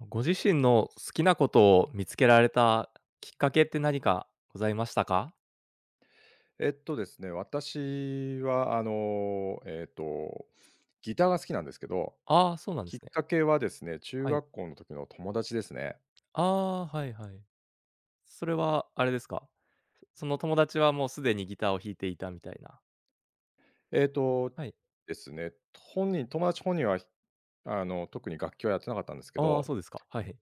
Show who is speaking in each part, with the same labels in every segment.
Speaker 1: ご自身の好きなことを見つけられたきっかけって何かございましたか？
Speaker 2: えっとですね、私はギターが好きなんですけど、
Speaker 1: ああ、そうなんで
Speaker 2: き
Speaker 1: す
Speaker 2: っ
Speaker 1: ね。
Speaker 2: かけはですね、中
Speaker 1: はい。
Speaker 2: 学校の時の友達ですね。
Speaker 1: ああ、はいはい。それはあれですか？その友達はもうすでにギターを弾いていたみたいな。
Speaker 2: えっと
Speaker 1: はい。
Speaker 2: 友達本人は、特に楽器はやってなかったんですけ
Speaker 1: ああ、
Speaker 2: ど、
Speaker 1: そうですか。はい。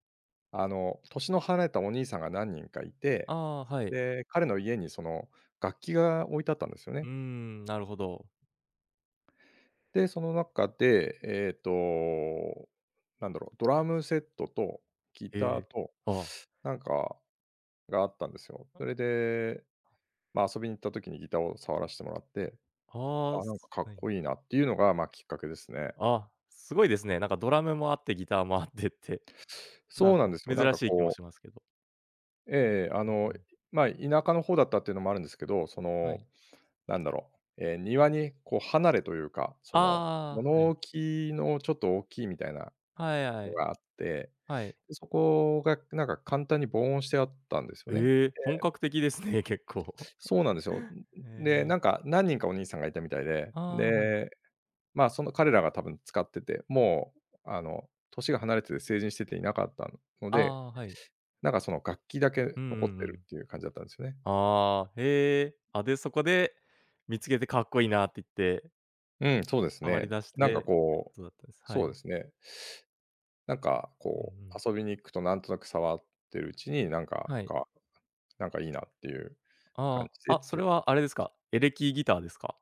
Speaker 2: 年の離れたお兄さんが何人かい
Speaker 1: あ
Speaker 2: て、
Speaker 1: あ、はい。
Speaker 2: で、彼の家にその楽器が置いてあったんですよ
Speaker 1: うー
Speaker 2: ね。
Speaker 1: ん、なるほど。
Speaker 2: で、その中で、なんだろう、ドラムセットとギタ
Speaker 1: え
Speaker 2: ー
Speaker 1: え。
Speaker 2: と、
Speaker 1: ああ。
Speaker 2: なんかがあったんですよ。それで、まあ、遊びに行った時にギターを触らしてもらって、
Speaker 1: ああ、
Speaker 2: あ、なん
Speaker 1: す
Speaker 2: かか
Speaker 1: は
Speaker 2: っ
Speaker 1: い。
Speaker 2: こいいなっていうのが、まあ、きっかけですね。
Speaker 1: あ、すごいですね。なんかドラムもあってギターもあってって、な
Speaker 2: そ
Speaker 1: ん
Speaker 2: うな
Speaker 1: か
Speaker 2: んですよ。
Speaker 1: 珍
Speaker 2: なんか
Speaker 1: しい気も
Speaker 2: こ
Speaker 1: し
Speaker 2: う、
Speaker 1: ますけど。
Speaker 2: ええあ
Speaker 1: うん
Speaker 2: の、
Speaker 1: うん。
Speaker 2: まあ、田舎の方だったっていうのもあるんですけど、そ
Speaker 1: は
Speaker 2: の、
Speaker 1: い。
Speaker 2: なんだろう、庭にこう離れというか、その、
Speaker 1: ああ、は
Speaker 2: 物
Speaker 1: い。
Speaker 2: 置のちょっと大きいみたいな
Speaker 1: はいは
Speaker 2: の
Speaker 1: い。
Speaker 2: があって、
Speaker 1: はい。
Speaker 2: そこがなんか簡単に防音してあったんですよね。
Speaker 1: ええ、本格的ですね、結構。
Speaker 2: そうなんですよ。
Speaker 1: え
Speaker 2: で、
Speaker 1: え、
Speaker 2: なんか何人かお兄さんがいたみたいで、
Speaker 1: ああ、はい。
Speaker 2: で、まあ、その彼らが多分使ってて、もう、年が離れてて成人してていなかったの
Speaker 1: あ
Speaker 2: で、
Speaker 1: あ、はい。
Speaker 2: なんかその楽器だけ
Speaker 1: うんう
Speaker 2: 残っ
Speaker 1: んう
Speaker 2: てる
Speaker 1: ん。
Speaker 2: っていう感じだったんですよね。
Speaker 1: ああ、へえ。あ、で、そこで見つけてかっこいいなって言って、
Speaker 2: うん、そうです
Speaker 1: 触り
Speaker 2: ね。
Speaker 1: 出し
Speaker 2: なんか
Speaker 1: て
Speaker 2: こう、
Speaker 1: そうだったんです。は
Speaker 2: そう
Speaker 1: い。
Speaker 2: ですね。なんか
Speaker 1: うんう
Speaker 2: こ
Speaker 1: ん。
Speaker 2: う、遊びに行くとなんとなく触ってるうちに、なんか、
Speaker 1: はい。
Speaker 2: なんかいいなっていう感
Speaker 1: あ
Speaker 2: じ
Speaker 1: あ、
Speaker 2: でっ
Speaker 1: あ、そ
Speaker 2: てい
Speaker 1: れ
Speaker 2: う。
Speaker 1: はあれですか、エレキギターですか？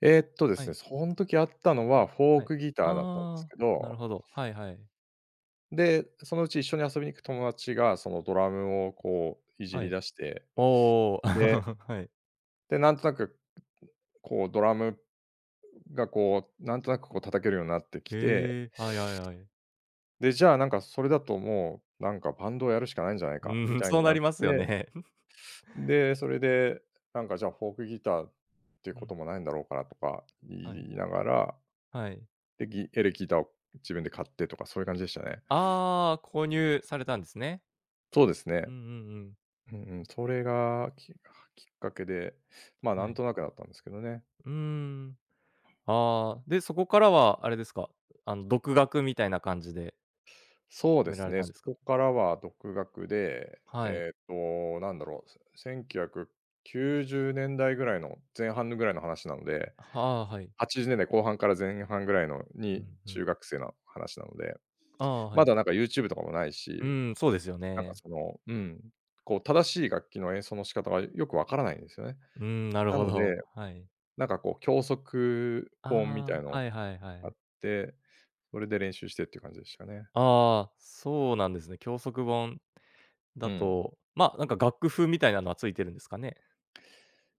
Speaker 2: で
Speaker 1: は
Speaker 2: す
Speaker 1: い、
Speaker 2: ね、その時あったのはフォー
Speaker 1: はい。
Speaker 2: クギターだったんです
Speaker 1: ああ、
Speaker 2: け
Speaker 1: なる
Speaker 2: ど、
Speaker 1: ほど。はいはい。
Speaker 2: で、そのうち一緒に遊びに行く友達がそのドラムをこういじ
Speaker 1: は
Speaker 2: り
Speaker 1: い。
Speaker 2: 出して、
Speaker 1: おお、
Speaker 2: で
Speaker 1: はい。
Speaker 2: で、なんとなくこうドラムがこう、なんとなくこう叩けるようになってきて、
Speaker 1: へえ、はいはいはい。
Speaker 2: で、じゃあなんかそれだともう、なんかバンドをやるしかないんじゃない
Speaker 1: う
Speaker 2: かみ
Speaker 1: ーん、
Speaker 2: たい
Speaker 1: そう
Speaker 2: に
Speaker 1: な
Speaker 2: なっ
Speaker 1: りますよ
Speaker 2: て、
Speaker 1: ね。
Speaker 2: で、それでなんかじゃあフォークギターってい う
Speaker 1: う
Speaker 2: こ
Speaker 1: ん、
Speaker 2: ともないんだろうからとか言
Speaker 1: はい、
Speaker 2: いながら、
Speaker 1: はい。
Speaker 2: で、エレキギターを自分で買ってとかそういう感じでしたね。
Speaker 1: ああ、購入されたんですね。
Speaker 2: そうです
Speaker 1: うん
Speaker 2: ね。
Speaker 1: うんうん。
Speaker 2: うんうん、それがきっかけで、まあな
Speaker 1: は
Speaker 2: ん
Speaker 1: い。
Speaker 2: となくだったんですけどね。
Speaker 1: うーん。ああ、で、そこからはあれですか、あの、独学みたいな感じで
Speaker 2: そう
Speaker 1: 決
Speaker 2: で
Speaker 1: めら
Speaker 2: す
Speaker 1: れ
Speaker 2: ね。
Speaker 1: たんで
Speaker 2: そ
Speaker 1: すか？
Speaker 2: こからは独学で、
Speaker 1: はい。
Speaker 2: なんだろう、1990年代ぐらいの前半のぐらいの話なので、
Speaker 1: はあ、はい。
Speaker 2: 80年代後半から前半ぐらいの
Speaker 1: う
Speaker 2: に
Speaker 1: んう
Speaker 2: 中
Speaker 1: ん。
Speaker 2: 学生の話なので、
Speaker 1: ああ、は
Speaker 2: ま
Speaker 1: い。
Speaker 2: だなんか YouTube とかもない
Speaker 1: う
Speaker 2: し、
Speaker 1: ーん、そうですよ
Speaker 2: なんか
Speaker 1: ね。
Speaker 2: その、うん、こう正しい楽器の演奏の仕方がよくわからないんですよね。
Speaker 1: うーん、なる
Speaker 2: な
Speaker 1: ほ
Speaker 2: の
Speaker 1: ど。
Speaker 2: で、
Speaker 1: はい。
Speaker 2: なんかこう教則本みた
Speaker 1: あ
Speaker 2: いの
Speaker 1: あ、はいはいは
Speaker 2: があ
Speaker 1: い。
Speaker 2: って、それで練習してっていう感じでしたね。
Speaker 1: ああ、そうなんですね。教則本
Speaker 2: う
Speaker 1: だ
Speaker 2: ん。
Speaker 1: と、ま、なんか楽譜みたいなのはついてるんですかね？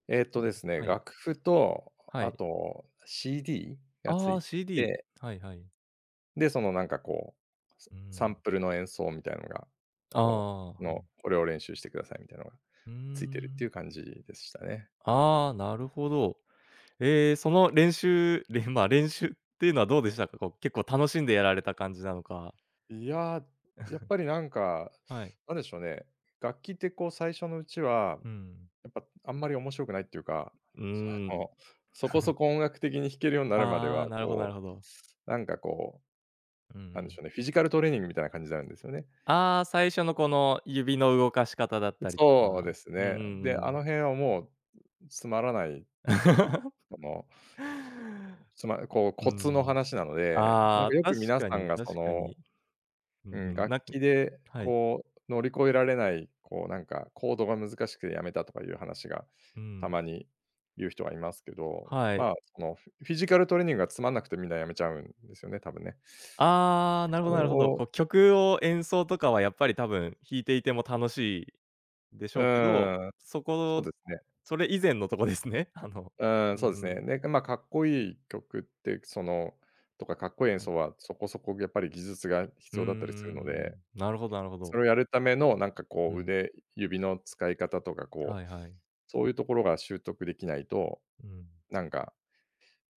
Speaker 1: うん、
Speaker 2: ですね、
Speaker 1: はい、
Speaker 2: 楽譜と、
Speaker 1: は
Speaker 2: あ
Speaker 1: い。
Speaker 2: と CD がつ
Speaker 1: あ
Speaker 2: い
Speaker 1: あ、
Speaker 2: てい
Speaker 1: CD。
Speaker 2: て、
Speaker 1: はいはい。
Speaker 2: で、そのなんかこう、サ
Speaker 1: うー
Speaker 2: サ
Speaker 1: ん。
Speaker 2: ンプルの演奏みたいのが、
Speaker 1: あ
Speaker 2: こう、
Speaker 1: あ、
Speaker 2: こ
Speaker 1: は
Speaker 2: の、
Speaker 1: い。
Speaker 2: これを練習してくださいみたいなのが
Speaker 1: うー
Speaker 2: ついてるってい
Speaker 1: ん。
Speaker 2: う感じでしたね。
Speaker 1: ああ、なるほど。ええ、その練習まあ、練習っていうのはどうでしたか？こう、結構楽しんでやられた感じなのか
Speaker 2: いや、やっぱりなんか、
Speaker 1: はい。
Speaker 2: なんでしょうね、楽器ってこう最初のうちは、
Speaker 1: うん。
Speaker 2: やっぱあんまり面白くないっていうか、
Speaker 1: う
Speaker 2: そ
Speaker 1: ーん。
Speaker 2: の、そこそこ音楽的に弾けるようになるまで
Speaker 1: ああ、
Speaker 2: は、
Speaker 1: なるほどなる
Speaker 2: こ
Speaker 1: ほど。
Speaker 2: う、なんかこ
Speaker 1: うんう
Speaker 2: う、なんでし
Speaker 1: ん。
Speaker 2: ょうね、フィジカルトレーニングみたいな感じになるんですよね。
Speaker 1: ああ、最初のこの指の動かし方だったりと
Speaker 2: そう
Speaker 1: か。
Speaker 2: です
Speaker 1: うんう
Speaker 2: ね。
Speaker 1: んう
Speaker 2: で、あ
Speaker 1: ん。
Speaker 2: の辺はもうつまらない、あの、こう
Speaker 1: う
Speaker 2: コツの
Speaker 1: ん。
Speaker 2: 話なので、なん
Speaker 1: あ
Speaker 2: かよ
Speaker 1: あ、
Speaker 2: く
Speaker 1: 確
Speaker 2: 皆
Speaker 1: か
Speaker 2: さん
Speaker 1: に
Speaker 2: がそ
Speaker 1: 確か
Speaker 2: の、
Speaker 1: に。うん
Speaker 2: う
Speaker 1: う
Speaker 2: ん、
Speaker 1: ん。
Speaker 2: 楽
Speaker 1: なん
Speaker 2: 器で
Speaker 1: はい。
Speaker 2: こう乗り越えられない、こうなんかコードが難しくてやめたとかいう話が
Speaker 1: う
Speaker 2: た
Speaker 1: ん。
Speaker 2: まに言う人はいますけど、
Speaker 1: はい。
Speaker 2: まあ、そのフィジカルトレーニングがつまんなくてみんなやめちゃうんですよね、多分ね。
Speaker 1: ああ、なるほ
Speaker 2: そ
Speaker 1: ど
Speaker 2: れ
Speaker 1: なるほど。こ
Speaker 2: を、
Speaker 1: う曲を演奏とかはやっぱり多分弾いていても楽しいでしょ
Speaker 2: う
Speaker 1: うけど、
Speaker 2: ん、
Speaker 1: そ
Speaker 2: そうで
Speaker 1: こ
Speaker 2: すね。
Speaker 1: それ以前のとこですね。あの、
Speaker 2: うーん、
Speaker 1: う
Speaker 2: そう
Speaker 1: ん
Speaker 2: です
Speaker 1: うん。
Speaker 2: ね。で、まあ、かっこいい曲って、そのとか、かっこいい演
Speaker 1: はい。
Speaker 2: 奏はそこそこやっぱり技術が
Speaker 1: うー
Speaker 2: 必要だったりするの
Speaker 1: ん。
Speaker 2: で、
Speaker 1: なるほどなるほ
Speaker 2: そ
Speaker 1: ど。
Speaker 2: れをやるためのなんか
Speaker 1: う
Speaker 2: こう
Speaker 1: ん。
Speaker 2: 腕指の使い方とか、こ
Speaker 1: はい
Speaker 2: う、
Speaker 1: はい。
Speaker 2: そういうところが習得できないと、
Speaker 1: うん。
Speaker 2: なんか、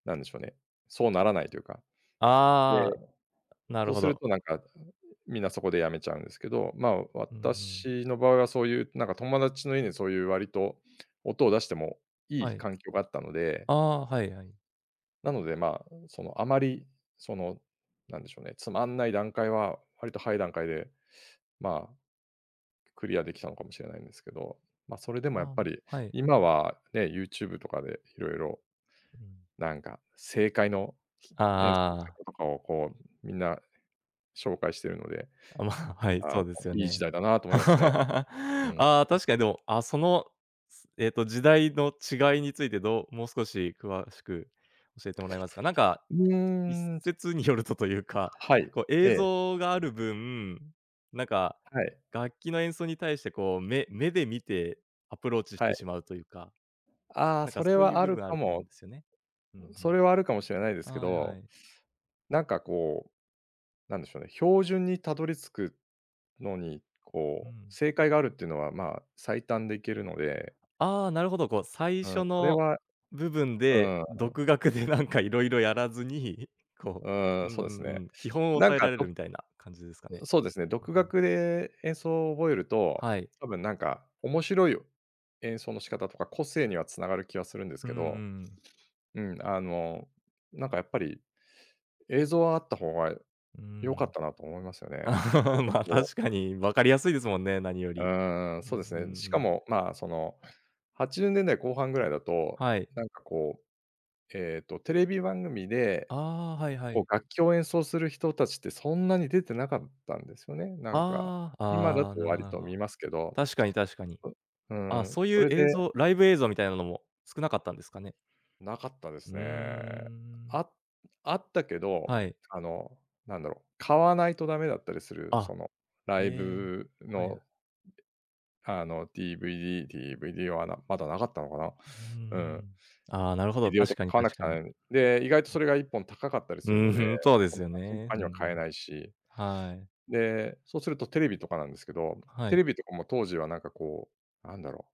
Speaker 2: なんでしょうね、そうならないというか。で、
Speaker 1: ああ、なる
Speaker 2: そう
Speaker 1: ほ
Speaker 2: する
Speaker 1: ど。
Speaker 2: となんか、みんなそこでやめちゃうんですけど、まあ、
Speaker 1: うんうん。
Speaker 2: 私の場合はそういうなんか友達の家にそういう割と音を出してもい
Speaker 1: は
Speaker 2: い
Speaker 1: い。
Speaker 2: 環境があったので
Speaker 1: ああ、はいはい。
Speaker 2: なので、まあ、その、あまり、その、なんでしょうね、つまんない段階は、割と早い段階で、まあ、クリアできたのかもしれないんですけど、まあ、それで
Speaker 1: あ
Speaker 2: もやっ
Speaker 1: あ、
Speaker 2: ぱり、
Speaker 1: はい。
Speaker 2: 今はね、YouTube とかでいろいろ、
Speaker 1: うん。
Speaker 2: なんか、正解の
Speaker 1: あ
Speaker 2: 演奏の
Speaker 1: あ
Speaker 2: 仕
Speaker 1: あ。
Speaker 2: 方とかを、こう、みんな紹介しているので、
Speaker 1: あ、まあ、はい、
Speaker 2: あ
Speaker 1: そ
Speaker 2: の、
Speaker 1: うですよ
Speaker 2: いい時
Speaker 1: ね。
Speaker 2: 代だなと思いますね。うん。
Speaker 1: ああ、確かにでも、あ、その、すえっと、時代の違いについてどうもう少し詳しく教えてもらえますか？なんか、
Speaker 2: う
Speaker 1: 一
Speaker 2: ーん、
Speaker 1: 説によるとというか、
Speaker 2: はい、
Speaker 1: こう映
Speaker 2: ええ、
Speaker 1: 像がある分、なんか、
Speaker 2: はい、
Speaker 1: 楽器の演奏に対してこう、目で見てアプローチし
Speaker 2: は
Speaker 1: て
Speaker 2: い。
Speaker 1: しまうというか、
Speaker 2: ああ、
Speaker 1: なんか
Speaker 2: そ
Speaker 1: そ
Speaker 2: れ
Speaker 1: ういう
Speaker 2: はあ
Speaker 1: 部
Speaker 2: る
Speaker 1: 分あ
Speaker 2: か
Speaker 1: ると思うん
Speaker 2: も
Speaker 1: ですよね。うん
Speaker 2: それは
Speaker 1: う
Speaker 2: あるかもしれないで
Speaker 1: ん。
Speaker 2: すけ
Speaker 1: はいは
Speaker 2: ど、
Speaker 1: い。
Speaker 2: なんかこう、なんでしょうね、標準にたどり着くのに、
Speaker 1: う
Speaker 2: こう、
Speaker 1: ん。
Speaker 2: 正解があるっていうのは、まあ、最短でいけるので、
Speaker 1: ああ、なるほど、こう最
Speaker 2: う
Speaker 1: 初
Speaker 2: ん、それ
Speaker 1: の
Speaker 2: は、
Speaker 1: 部分
Speaker 2: う
Speaker 1: で、
Speaker 2: ん、う
Speaker 1: 独学でなんかいろいろやらずに、こう、う
Speaker 2: ん、
Speaker 1: ん
Speaker 2: そうです
Speaker 1: うん
Speaker 2: ね。
Speaker 1: うん、基本を
Speaker 2: なん
Speaker 1: 抑え
Speaker 2: か、
Speaker 1: られるみたいな感じですかね。
Speaker 2: そうですね、
Speaker 1: うん
Speaker 2: 独
Speaker 1: うん。
Speaker 2: 学で演奏を覚えると、
Speaker 1: はい。
Speaker 2: 多分なんか、面白い演奏の仕方とか、個性にはつながる気はするんです
Speaker 1: うんう
Speaker 2: け
Speaker 1: んう
Speaker 2: ど、
Speaker 1: ん。
Speaker 2: うん、あの、なんかやっぱり、映像はあった方が良かったなと思いますよね。な んか
Speaker 1: まあ
Speaker 2: こ
Speaker 1: 確
Speaker 2: う、
Speaker 1: かに分かりやすいですもんね、何よ
Speaker 2: う
Speaker 1: り。
Speaker 2: ーん、
Speaker 1: うん
Speaker 2: そうです
Speaker 1: う
Speaker 2: ね。
Speaker 1: ん
Speaker 2: し
Speaker 1: う
Speaker 2: か
Speaker 1: ん。
Speaker 2: も、まあ、その、80年代後半ぐらいだと、
Speaker 1: はい。
Speaker 2: なんかこう、テレビ番組で、
Speaker 1: ああ、はいは
Speaker 2: こ
Speaker 1: い。
Speaker 2: う、楽器を演奏する人たちってそんなに出てなかったんですよね、なんか。
Speaker 1: ああ、
Speaker 2: 今だ
Speaker 1: ああ、
Speaker 2: と
Speaker 1: なるほど
Speaker 2: 割
Speaker 1: なる
Speaker 2: と
Speaker 1: ほ
Speaker 2: 見
Speaker 1: ど。
Speaker 2: ますけど、
Speaker 1: 確かに確かに。
Speaker 2: うう
Speaker 1: あ、
Speaker 2: ん、
Speaker 1: そう
Speaker 2: そ
Speaker 1: いう
Speaker 2: れ
Speaker 1: 映
Speaker 2: で
Speaker 1: 像ライブ映像みたいなのも少なかったんですかね。
Speaker 2: なかったで
Speaker 1: う
Speaker 2: す
Speaker 1: ー
Speaker 2: ね。あ
Speaker 1: ん。
Speaker 2: あったけど、
Speaker 1: はい。
Speaker 2: あの、なんだろう、買わないとダメだったりする、
Speaker 1: あ、
Speaker 2: その、ライ
Speaker 1: ええ、
Speaker 2: ブ
Speaker 1: はいは
Speaker 2: の、
Speaker 1: い。
Speaker 2: あの、DVD はな、まだなかったのかな。
Speaker 1: うー
Speaker 2: うん、
Speaker 1: ん。ああ、なるほど、
Speaker 2: ビデオと
Speaker 1: 確
Speaker 2: か
Speaker 1: かに
Speaker 2: 買わな
Speaker 1: 確
Speaker 2: く
Speaker 1: か
Speaker 2: ちゃな
Speaker 1: に。
Speaker 2: らない。で、意外とそれが1本高かったり
Speaker 1: う
Speaker 2: するので、
Speaker 1: ーん、そうで
Speaker 2: そん
Speaker 1: すよ
Speaker 2: な頻
Speaker 1: ね。う
Speaker 2: 繁
Speaker 1: んう
Speaker 2: には買え
Speaker 1: ん。
Speaker 2: ないし、
Speaker 1: はい。
Speaker 2: で、そうするとテレビとかなんですけど、
Speaker 1: は
Speaker 2: テ
Speaker 1: い。
Speaker 2: レビとかも当時はなんかこう、なんだろ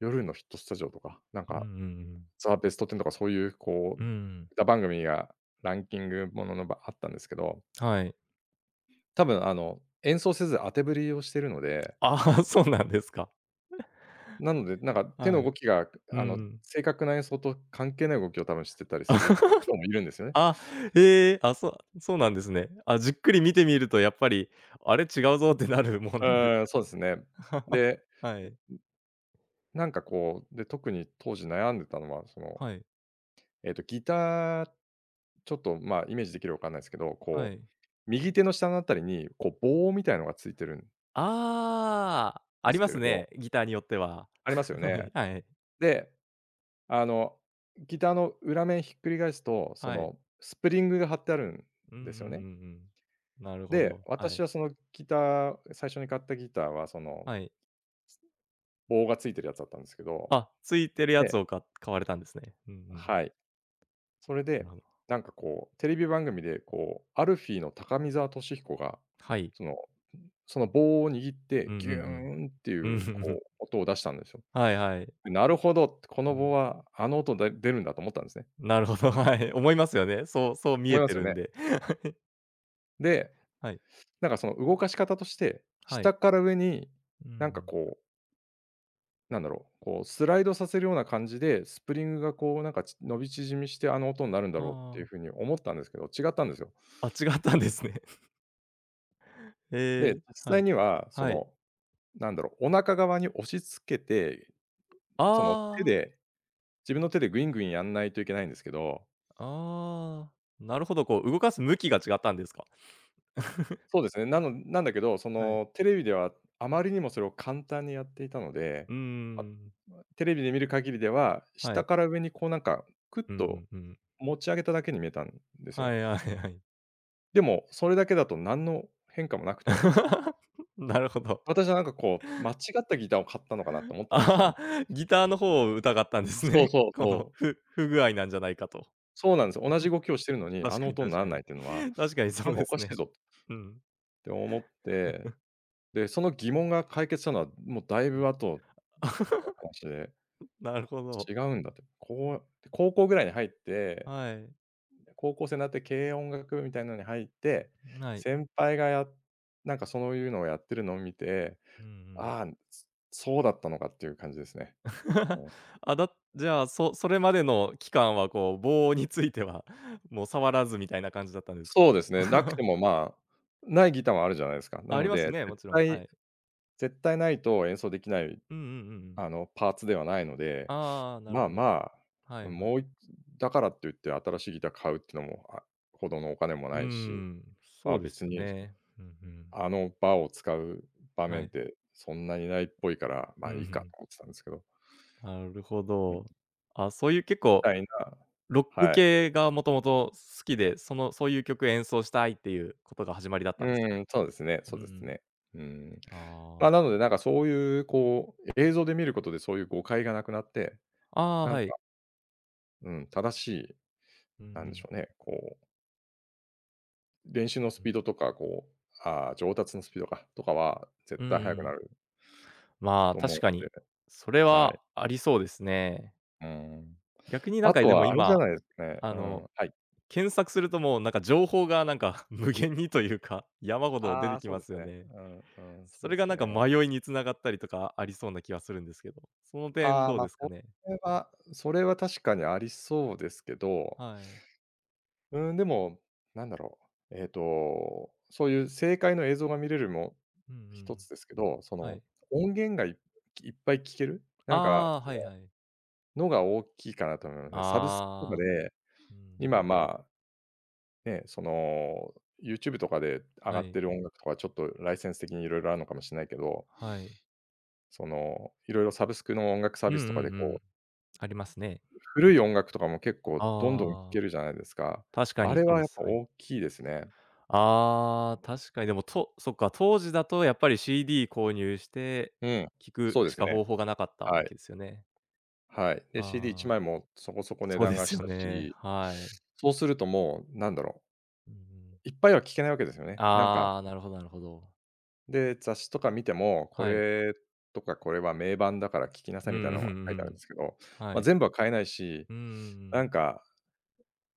Speaker 2: う、夜のヒットスタジオとか、なん
Speaker 1: うんう
Speaker 2: か、
Speaker 1: んうん。
Speaker 2: ザ・ベストテンとかそういうこ
Speaker 1: う
Speaker 2: う、
Speaker 1: ん。
Speaker 2: 歌番組がランキングもののあったんですけど、
Speaker 1: はい。
Speaker 2: 多分あの、演奏せず当て振りをしてるので、
Speaker 1: ああ、そうなんですか。
Speaker 2: なので、なんか手
Speaker 1: は
Speaker 2: の
Speaker 1: い。
Speaker 2: 動きが
Speaker 1: う
Speaker 2: あの、
Speaker 1: ん。
Speaker 2: 正確な演奏と関係ない動きを多分してたりする人もいるんで すよね。
Speaker 1: あ、へえ、あ、そうなんですね。あ、じっくり見てみるとやっぱり、あれ、違うぞってなるもん
Speaker 2: う
Speaker 1: なんで
Speaker 2: ーん、そうですね。
Speaker 1: すか？
Speaker 2: で、
Speaker 1: はい。
Speaker 2: なんかこう、で、特に当時悩んでたのは、その、
Speaker 1: はい。
Speaker 2: ギター、ちょっと、まあ、イメージできるかわかんないですけど、
Speaker 1: は
Speaker 2: こう、
Speaker 1: い。
Speaker 2: 右手の下のあたりに、こう、棒みたいのがついてるん
Speaker 1: ああ、
Speaker 2: で
Speaker 1: あり
Speaker 2: す
Speaker 1: ま
Speaker 2: け
Speaker 1: す
Speaker 2: れど、
Speaker 1: ね、ギターによっては。
Speaker 2: ありますよ
Speaker 1: はい。
Speaker 2: ね。
Speaker 1: はい。
Speaker 2: で、あの、ギターの裏面ひっくり返すと、そ
Speaker 1: はい。
Speaker 2: の、スプリングが張ってあるん
Speaker 1: うんうんう
Speaker 2: ですよね。
Speaker 1: んうん。なるほ
Speaker 2: で、
Speaker 1: ど。は
Speaker 2: 私
Speaker 1: い。
Speaker 2: はそのギター最初に買ったギターは、その、
Speaker 1: はい。
Speaker 2: 棒がついてるやつだったんですけど、
Speaker 1: あ、ついてるやつ
Speaker 2: で、
Speaker 1: をか買われたんですね。うんうん。
Speaker 2: はい。それ
Speaker 1: な
Speaker 2: で、
Speaker 1: るほど。
Speaker 2: なんかこう、テレビ番組でこう、アルフィーの高見沢俊彦が、
Speaker 1: はい。
Speaker 2: そのその棒を握っ
Speaker 1: う
Speaker 2: て、ギュ
Speaker 1: ん
Speaker 2: ーンってい
Speaker 1: うんうん。うん
Speaker 2: う、
Speaker 1: うんうん。
Speaker 2: こう、音を出したんですよ。
Speaker 1: はいはい。
Speaker 2: で、なるほどって、こ
Speaker 1: う
Speaker 2: の
Speaker 1: ん。
Speaker 2: 棒はあの音で出るんだと思ったんですね。
Speaker 1: なるほど、はい。思いますよね。そうそう見
Speaker 2: 思
Speaker 1: え
Speaker 2: いま
Speaker 1: て
Speaker 2: すよ
Speaker 1: る
Speaker 2: ね。
Speaker 1: んで。
Speaker 2: で、
Speaker 1: はい。
Speaker 2: なんかその動かし方として、
Speaker 1: はい。
Speaker 2: 下から上に、
Speaker 1: うんう
Speaker 2: なんか
Speaker 1: ん。
Speaker 2: こう、なんだろう、こうスライドさせるような感じで、スプリングがこうなんか伸び縮みして、あの音になるんだ
Speaker 1: あ
Speaker 2: ろうっていうふう
Speaker 1: あ。
Speaker 2: に思ったんですけど、違ったんですよ。
Speaker 1: あ、違ったんですね。え
Speaker 2: で、
Speaker 1: え、
Speaker 2: 実
Speaker 1: は
Speaker 2: 際
Speaker 1: い。
Speaker 2: には、そ
Speaker 1: はい。
Speaker 2: の、なんだろう、お腹側に押し付けて、その手
Speaker 1: あ
Speaker 2: で、自分の手でグイングインやんないといけないんですけど、
Speaker 1: あ、ああ。なるほど、こう動かす向きが違ったんですか？
Speaker 2: そうですね、なんだけど、そ
Speaker 1: はい。
Speaker 2: のテレビではあまりにもそれを簡単にやっていたので、
Speaker 1: うー
Speaker 2: あ、
Speaker 1: ん。
Speaker 2: まテレビで見る限りでは、
Speaker 1: は
Speaker 2: 下
Speaker 1: い。
Speaker 2: から上にこうなんか、クッ
Speaker 1: う
Speaker 2: と
Speaker 1: んうんうん。
Speaker 2: 持ち上げただけに見えたんです
Speaker 1: は
Speaker 2: よ。
Speaker 1: いはいはい。
Speaker 2: でも、それだけだと何の変化もなくて、
Speaker 1: なるほど。
Speaker 2: 私はなんかこう、間違ったギターを買ったのかなと思ったんですよ
Speaker 1: あ
Speaker 2: ね。
Speaker 1: あ、ギターの方を疑ったんです
Speaker 2: そう
Speaker 1: ね。
Speaker 2: そ う
Speaker 1: この、
Speaker 2: そう。
Speaker 1: 不具合なんじゃないかと。
Speaker 2: そうなんですよ。同じ動きをしてるのに、
Speaker 1: 確
Speaker 2: あ
Speaker 1: か
Speaker 2: の
Speaker 1: に
Speaker 2: 音に
Speaker 1: 確
Speaker 2: なら
Speaker 1: か
Speaker 2: ない
Speaker 1: に。
Speaker 2: っていうのは、
Speaker 1: 確かにそ
Speaker 2: なん
Speaker 1: う
Speaker 2: か
Speaker 1: で
Speaker 2: おか
Speaker 1: す
Speaker 2: しい
Speaker 1: ね。
Speaker 2: ぞ
Speaker 1: うん、
Speaker 2: って思って、で、その疑問が解決したのは、もうだい
Speaker 1: うん
Speaker 2: ぶ後 の話で、
Speaker 1: なるほど。
Speaker 2: 違うんだって。こう高校ぐらいに入って、
Speaker 1: はい。
Speaker 2: 高校生になって軽音楽部みたいなのに入って、
Speaker 1: ない。
Speaker 2: 先輩がなんかそういうのをやってるのを見て、
Speaker 1: うんうん。
Speaker 2: ああ、そうだったのかっていう感じですね。うん。
Speaker 1: あ、じゃあ、それまでの期間はこう、棒については、もう触らずみたいな感じだったんですか？
Speaker 2: そうですね、なくて もまあ、ないギターもあるじゃないですか。な
Speaker 1: あり
Speaker 2: の
Speaker 1: ます
Speaker 2: で、
Speaker 1: ね、も
Speaker 2: 絶
Speaker 1: ちろん。は
Speaker 2: 対
Speaker 1: い。
Speaker 2: 絶対ないと演奏できない、
Speaker 1: うんうんうんうん。
Speaker 2: あの、パーツではないので
Speaker 1: ああ、なる
Speaker 2: まあ
Speaker 1: ほど。
Speaker 2: ま
Speaker 1: は
Speaker 2: あ、
Speaker 1: いはい。
Speaker 2: もういだからって言って新しいギター買うってのも、あ、ほどのお金も
Speaker 1: う
Speaker 2: ないし、
Speaker 1: ん、
Speaker 2: ま
Speaker 1: そ
Speaker 2: あ、
Speaker 1: うです
Speaker 2: 別
Speaker 1: よ
Speaker 2: に
Speaker 1: ね。うんうん。
Speaker 2: あの場を使う場
Speaker 1: は
Speaker 2: 面っ
Speaker 1: い。
Speaker 2: てそんなにないっぽいから、ま
Speaker 1: う
Speaker 2: あ、
Speaker 1: ん、
Speaker 2: いいかと
Speaker 1: ん。
Speaker 2: 思ってたんですけど、み
Speaker 1: なるほど。あ、そういう結構
Speaker 2: たいな。
Speaker 1: ロック
Speaker 2: はい。
Speaker 1: 系がもともと好きで、その、そういう曲演奏したいっていうことが始まりだったんですか？
Speaker 2: うん、そうですね
Speaker 1: う
Speaker 2: そ
Speaker 1: んう
Speaker 2: うです
Speaker 1: ん。
Speaker 2: ね。うん。
Speaker 1: ああ、
Speaker 2: ま、なので、なんかそういうこう、映像で見ることでそういう誤解がなくなって、
Speaker 1: ああ、
Speaker 2: なん
Speaker 1: は
Speaker 2: か、
Speaker 1: い。
Speaker 2: うん、正しい、
Speaker 1: うんう
Speaker 2: なんでし
Speaker 1: ん。
Speaker 2: ょうね、こう、練習のス
Speaker 1: うん。
Speaker 2: ピードとか、こう、ああ、上達のスピードか、とかは
Speaker 1: う
Speaker 2: 絶
Speaker 1: ん
Speaker 2: 対
Speaker 1: う
Speaker 2: 速く
Speaker 1: ん。
Speaker 2: なる
Speaker 1: まあ、
Speaker 2: と思う
Speaker 1: 確
Speaker 2: ん
Speaker 1: かに、
Speaker 2: で、
Speaker 1: それ
Speaker 2: はい。
Speaker 1: はありそうですね。
Speaker 2: うーん。
Speaker 1: 逆になん
Speaker 2: あ
Speaker 1: か
Speaker 2: と
Speaker 1: でも
Speaker 2: はあれじゃ
Speaker 1: 今、
Speaker 2: ないですかね、
Speaker 1: あ
Speaker 2: うん、
Speaker 1: の、
Speaker 2: はい。
Speaker 1: 検索するともうなんか情報がなんか 無限にというか、山ほど出
Speaker 2: あ
Speaker 1: て
Speaker 2: あ、
Speaker 1: き
Speaker 2: そう
Speaker 1: ま
Speaker 2: です
Speaker 1: すよ
Speaker 2: ね。
Speaker 1: ね。
Speaker 2: うん、うん、そ
Speaker 1: そ
Speaker 2: うで
Speaker 1: れが
Speaker 2: す
Speaker 1: なんか
Speaker 2: ね。
Speaker 1: 迷いに繋がったりとかありそうな気はするんですけど、その点
Speaker 2: ああ、
Speaker 1: どう
Speaker 2: ま、
Speaker 1: ですかね？
Speaker 2: それは確かにありそうですけど、
Speaker 1: はい。
Speaker 2: うーん、でも、なんだろう、そういう正解の映像が見れるも
Speaker 1: うんう
Speaker 2: 一
Speaker 1: ん。
Speaker 2: つですけど、そ
Speaker 1: は
Speaker 2: の、
Speaker 1: い。
Speaker 2: 音源がいっぱい聴ける、
Speaker 1: あ
Speaker 2: なんか、
Speaker 1: あ、はいはい。
Speaker 2: のが大きいかなと思いますね。サブスクとか
Speaker 1: ああ、
Speaker 2: で、
Speaker 1: うんうん。
Speaker 2: 今、まあね、その、YouTube とかで上
Speaker 1: は
Speaker 2: がっ
Speaker 1: い。
Speaker 2: てる音楽とかちょっとライセンス的にいろいろあるのかもしれないけど、
Speaker 1: はい。
Speaker 2: その、いろいろサブスクの音楽サー
Speaker 1: うんう
Speaker 2: ビ
Speaker 1: ん
Speaker 2: スとかで
Speaker 1: う
Speaker 2: こ
Speaker 1: ん。
Speaker 2: う、
Speaker 1: ありますね。
Speaker 2: 古い音楽とかも結構どんどん聴
Speaker 1: ああ、
Speaker 2: けるじゃないですか。
Speaker 1: 確か
Speaker 2: あ
Speaker 1: に
Speaker 2: れ
Speaker 1: そう
Speaker 2: は
Speaker 1: で
Speaker 2: やっ
Speaker 1: す。
Speaker 2: ぱ
Speaker 1: はい。
Speaker 2: 大きいですね。
Speaker 1: ああ、確かにでも、そっか、当時だとやっぱり CD 購入して
Speaker 2: うん、
Speaker 1: 聞く
Speaker 2: そうで
Speaker 1: し
Speaker 2: す
Speaker 1: か
Speaker 2: ね。
Speaker 1: 方法がなかった
Speaker 2: は
Speaker 1: わ
Speaker 2: い。
Speaker 1: けですよね。
Speaker 2: はい。で、
Speaker 1: あ
Speaker 2: CD1
Speaker 1: あ、
Speaker 2: 枚もそこそこ値
Speaker 1: そうで
Speaker 2: 段が
Speaker 1: す
Speaker 2: し
Speaker 1: よ
Speaker 2: た
Speaker 1: ね。
Speaker 2: し、
Speaker 1: はい。
Speaker 2: そうするともう、なんだろ
Speaker 1: うんうん。
Speaker 2: う、いっぱいは聴けないわけですよね。なんか
Speaker 1: ああ、なるほどなるほど。
Speaker 2: で、雑誌とか見ても、こ
Speaker 1: はい。
Speaker 2: れとかこれは名盤だから聞きなさ
Speaker 1: う
Speaker 2: いみたい
Speaker 1: んう
Speaker 2: な
Speaker 1: ん
Speaker 2: の
Speaker 1: う
Speaker 2: が
Speaker 1: ん
Speaker 2: 書
Speaker 1: う
Speaker 2: いてあるん
Speaker 1: ん。
Speaker 2: ですけど、
Speaker 1: は
Speaker 2: まあ、
Speaker 1: い。
Speaker 2: 全部は買えないし、
Speaker 1: うんうんう
Speaker 2: な
Speaker 1: ん。
Speaker 2: んか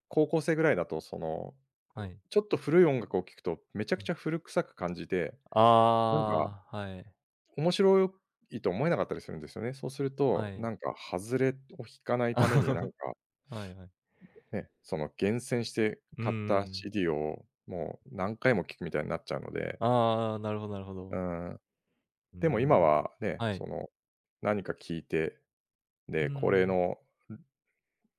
Speaker 2: 高校生ぐらいだと、その、
Speaker 1: はい。
Speaker 2: ちょっと古い音楽を聴くと、めちゃ
Speaker 1: う
Speaker 2: く
Speaker 1: ん。
Speaker 2: ちゃ古臭く感じて、なんか
Speaker 1: ああ、はい。
Speaker 2: 面白いと思えなかったりするんですよね。そうする
Speaker 1: は
Speaker 2: と、
Speaker 1: い。
Speaker 2: なんか外れを引かないために、なん か
Speaker 1: はいはい。
Speaker 2: ね、その厳選して
Speaker 1: うん
Speaker 2: 買っ
Speaker 1: う
Speaker 2: た
Speaker 1: ん。
Speaker 2: CD をもう何回も聴くみたいになっちゃうので、
Speaker 1: ああ、なるほどなるほ
Speaker 2: う
Speaker 1: ど。
Speaker 2: ん、
Speaker 1: う
Speaker 2: でも今
Speaker 1: ん。
Speaker 2: はね、
Speaker 1: はい。
Speaker 2: その、何か聞いて
Speaker 1: う
Speaker 2: で、これ
Speaker 1: ん。
Speaker 2: の、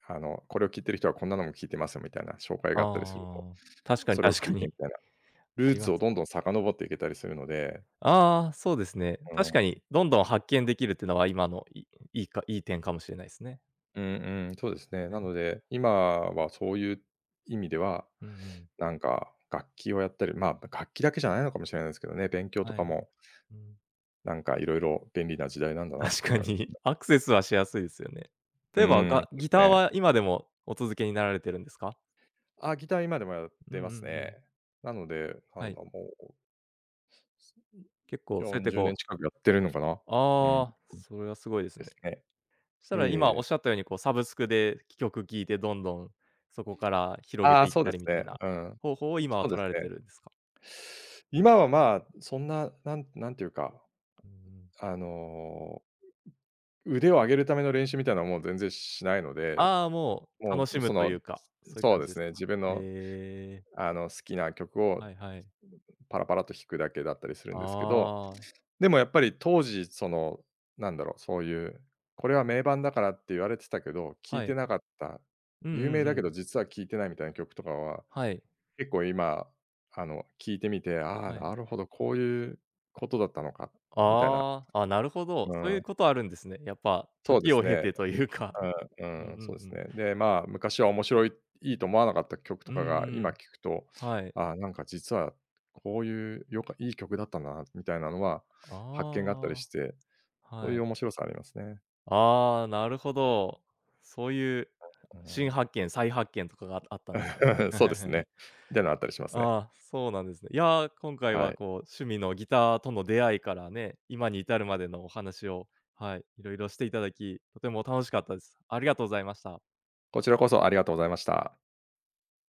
Speaker 2: あの、これを聴いてる人はこんなのも聴いてますよみたいな紹介があったりすると、
Speaker 1: ああ。確かに
Speaker 2: それを聴
Speaker 1: 確か
Speaker 2: いて
Speaker 1: に。
Speaker 2: みたいな、
Speaker 1: あ
Speaker 2: ルー
Speaker 1: りま
Speaker 2: ツを
Speaker 1: す。
Speaker 2: どんどん遡っていけたりするので、
Speaker 1: ああ、そうですね。
Speaker 2: う
Speaker 1: 確か
Speaker 2: ん、
Speaker 1: にどんどん発見できるっていうのは今のいい点かもしれないですね。
Speaker 2: うんうん、そうですね。
Speaker 1: は
Speaker 2: な
Speaker 1: い。
Speaker 2: ので、今はそういう意味では、
Speaker 1: うんうん。
Speaker 2: なんか楽器をやったり、まあ、楽器だけじゃないのかもしれないですけどね、勉強と
Speaker 1: は
Speaker 2: か
Speaker 1: い。
Speaker 2: も、
Speaker 1: うん。
Speaker 2: なんかいろいろ便利な時代なん だなっ
Speaker 1: 確
Speaker 2: て思
Speaker 1: か
Speaker 2: いま
Speaker 1: に
Speaker 2: す。
Speaker 1: アクセスはしやすいですよね。
Speaker 2: う
Speaker 1: 例えば、
Speaker 2: ん、そうで
Speaker 1: ギタ
Speaker 2: す
Speaker 1: ー
Speaker 2: ね。
Speaker 1: は今でもお続けになられてるんですか？
Speaker 2: あ、ギター今でもやっ
Speaker 1: うんう
Speaker 2: て
Speaker 1: ん
Speaker 2: ま
Speaker 1: う
Speaker 2: すね。
Speaker 1: ん。
Speaker 2: なので、な
Speaker 1: は
Speaker 2: ん
Speaker 1: い。
Speaker 2: だ、もう
Speaker 1: 結構そうやって
Speaker 2: 40年
Speaker 1: こう、
Speaker 2: 近くやってるのかな。うん、
Speaker 1: ああ、それはすごいです
Speaker 2: で
Speaker 1: ね。
Speaker 2: すね。
Speaker 1: そした
Speaker 2: いえい
Speaker 1: ら今おっ
Speaker 2: え。
Speaker 1: しゃったようにこうサブスクで曲聴いてどんどんそこから広げ
Speaker 2: あ
Speaker 1: て
Speaker 2: あ、
Speaker 1: いっ
Speaker 2: そう
Speaker 1: た
Speaker 2: で
Speaker 1: り
Speaker 2: す
Speaker 1: みたい
Speaker 2: ね。
Speaker 1: な
Speaker 2: うん。
Speaker 1: 方法を今は
Speaker 2: そうで
Speaker 1: 取
Speaker 2: す
Speaker 1: られてる
Speaker 2: ね。
Speaker 1: んですか？
Speaker 2: 今は、まあ、そんな、なんていうか、
Speaker 1: うん。
Speaker 2: あの、腕を上げるための練習みたいなのはもう全然しないので、
Speaker 1: ああ、もう
Speaker 2: も
Speaker 1: 楽し
Speaker 2: う、
Speaker 1: む
Speaker 2: そ
Speaker 1: と
Speaker 2: の、
Speaker 1: いうか、そういう
Speaker 2: そう
Speaker 1: 感
Speaker 2: で
Speaker 1: じで
Speaker 2: す
Speaker 1: す
Speaker 2: ね、
Speaker 1: か？
Speaker 2: 自分
Speaker 1: へ
Speaker 2: の、
Speaker 1: え、
Speaker 2: あの、好きな曲を
Speaker 1: はいはい。
Speaker 2: パラパラと弾くだけだったりするんですけど、
Speaker 1: ああ、
Speaker 2: でもやっぱり当時、その、なんだろう、そういう、これは名盤だからって言われてたけど、聴
Speaker 1: は
Speaker 2: いて
Speaker 1: い。
Speaker 2: なかった、
Speaker 1: うんう
Speaker 2: 有名
Speaker 1: んう
Speaker 2: だけど
Speaker 1: ん。
Speaker 2: 実は聴いてないみたいな曲とかは、
Speaker 1: はい、
Speaker 2: 結構今、あの、聴いてみて、ああ、
Speaker 1: はい。
Speaker 2: なるほど、こういうことだったのか、みたいな。
Speaker 1: ああ、あ、なるほど。
Speaker 2: う
Speaker 1: そういう
Speaker 2: ん、
Speaker 1: ことあるんですね。やっぱ
Speaker 2: そうで
Speaker 1: 時を
Speaker 2: す
Speaker 1: 経て
Speaker 2: ね。
Speaker 1: というか。
Speaker 2: うん、
Speaker 1: うん
Speaker 2: うん、
Speaker 1: う
Speaker 2: そう
Speaker 1: ん
Speaker 2: で
Speaker 1: う
Speaker 2: す
Speaker 1: ん。
Speaker 2: ね。で、まあ、昔は面白いいいと思わなかった曲
Speaker 1: う
Speaker 2: と
Speaker 1: ん
Speaker 2: かが、
Speaker 1: う
Speaker 2: 今
Speaker 1: ん。
Speaker 2: 聴くと、
Speaker 1: はい。
Speaker 2: ああ、なんか実はこういういい曲だったなみたいなのは、
Speaker 1: あ
Speaker 2: 発見があったりして、
Speaker 1: あ、
Speaker 2: そう
Speaker 1: は
Speaker 2: いう
Speaker 1: い。
Speaker 2: 面白さありますね。
Speaker 1: ああ、なるほど。そういう
Speaker 2: う
Speaker 1: 新
Speaker 2: ん。
Speaker 1: 発見、再発見とかがあったんですね。
Speaker 2: そうです ね。みたいなのあったりしますね。
Speaker 1: ああ、そうなんですね。いやー、今回
Speaker 2: は
Speaker 1: は
Speaker 2: い。
Speaker 1: こう趣味のギターとの出会いからね、今に至るまでのお話を、はい、いろいろしていただき、とても楽しかったです。ありがとうございました。
Speaker 2: こちらこそありがとうございました。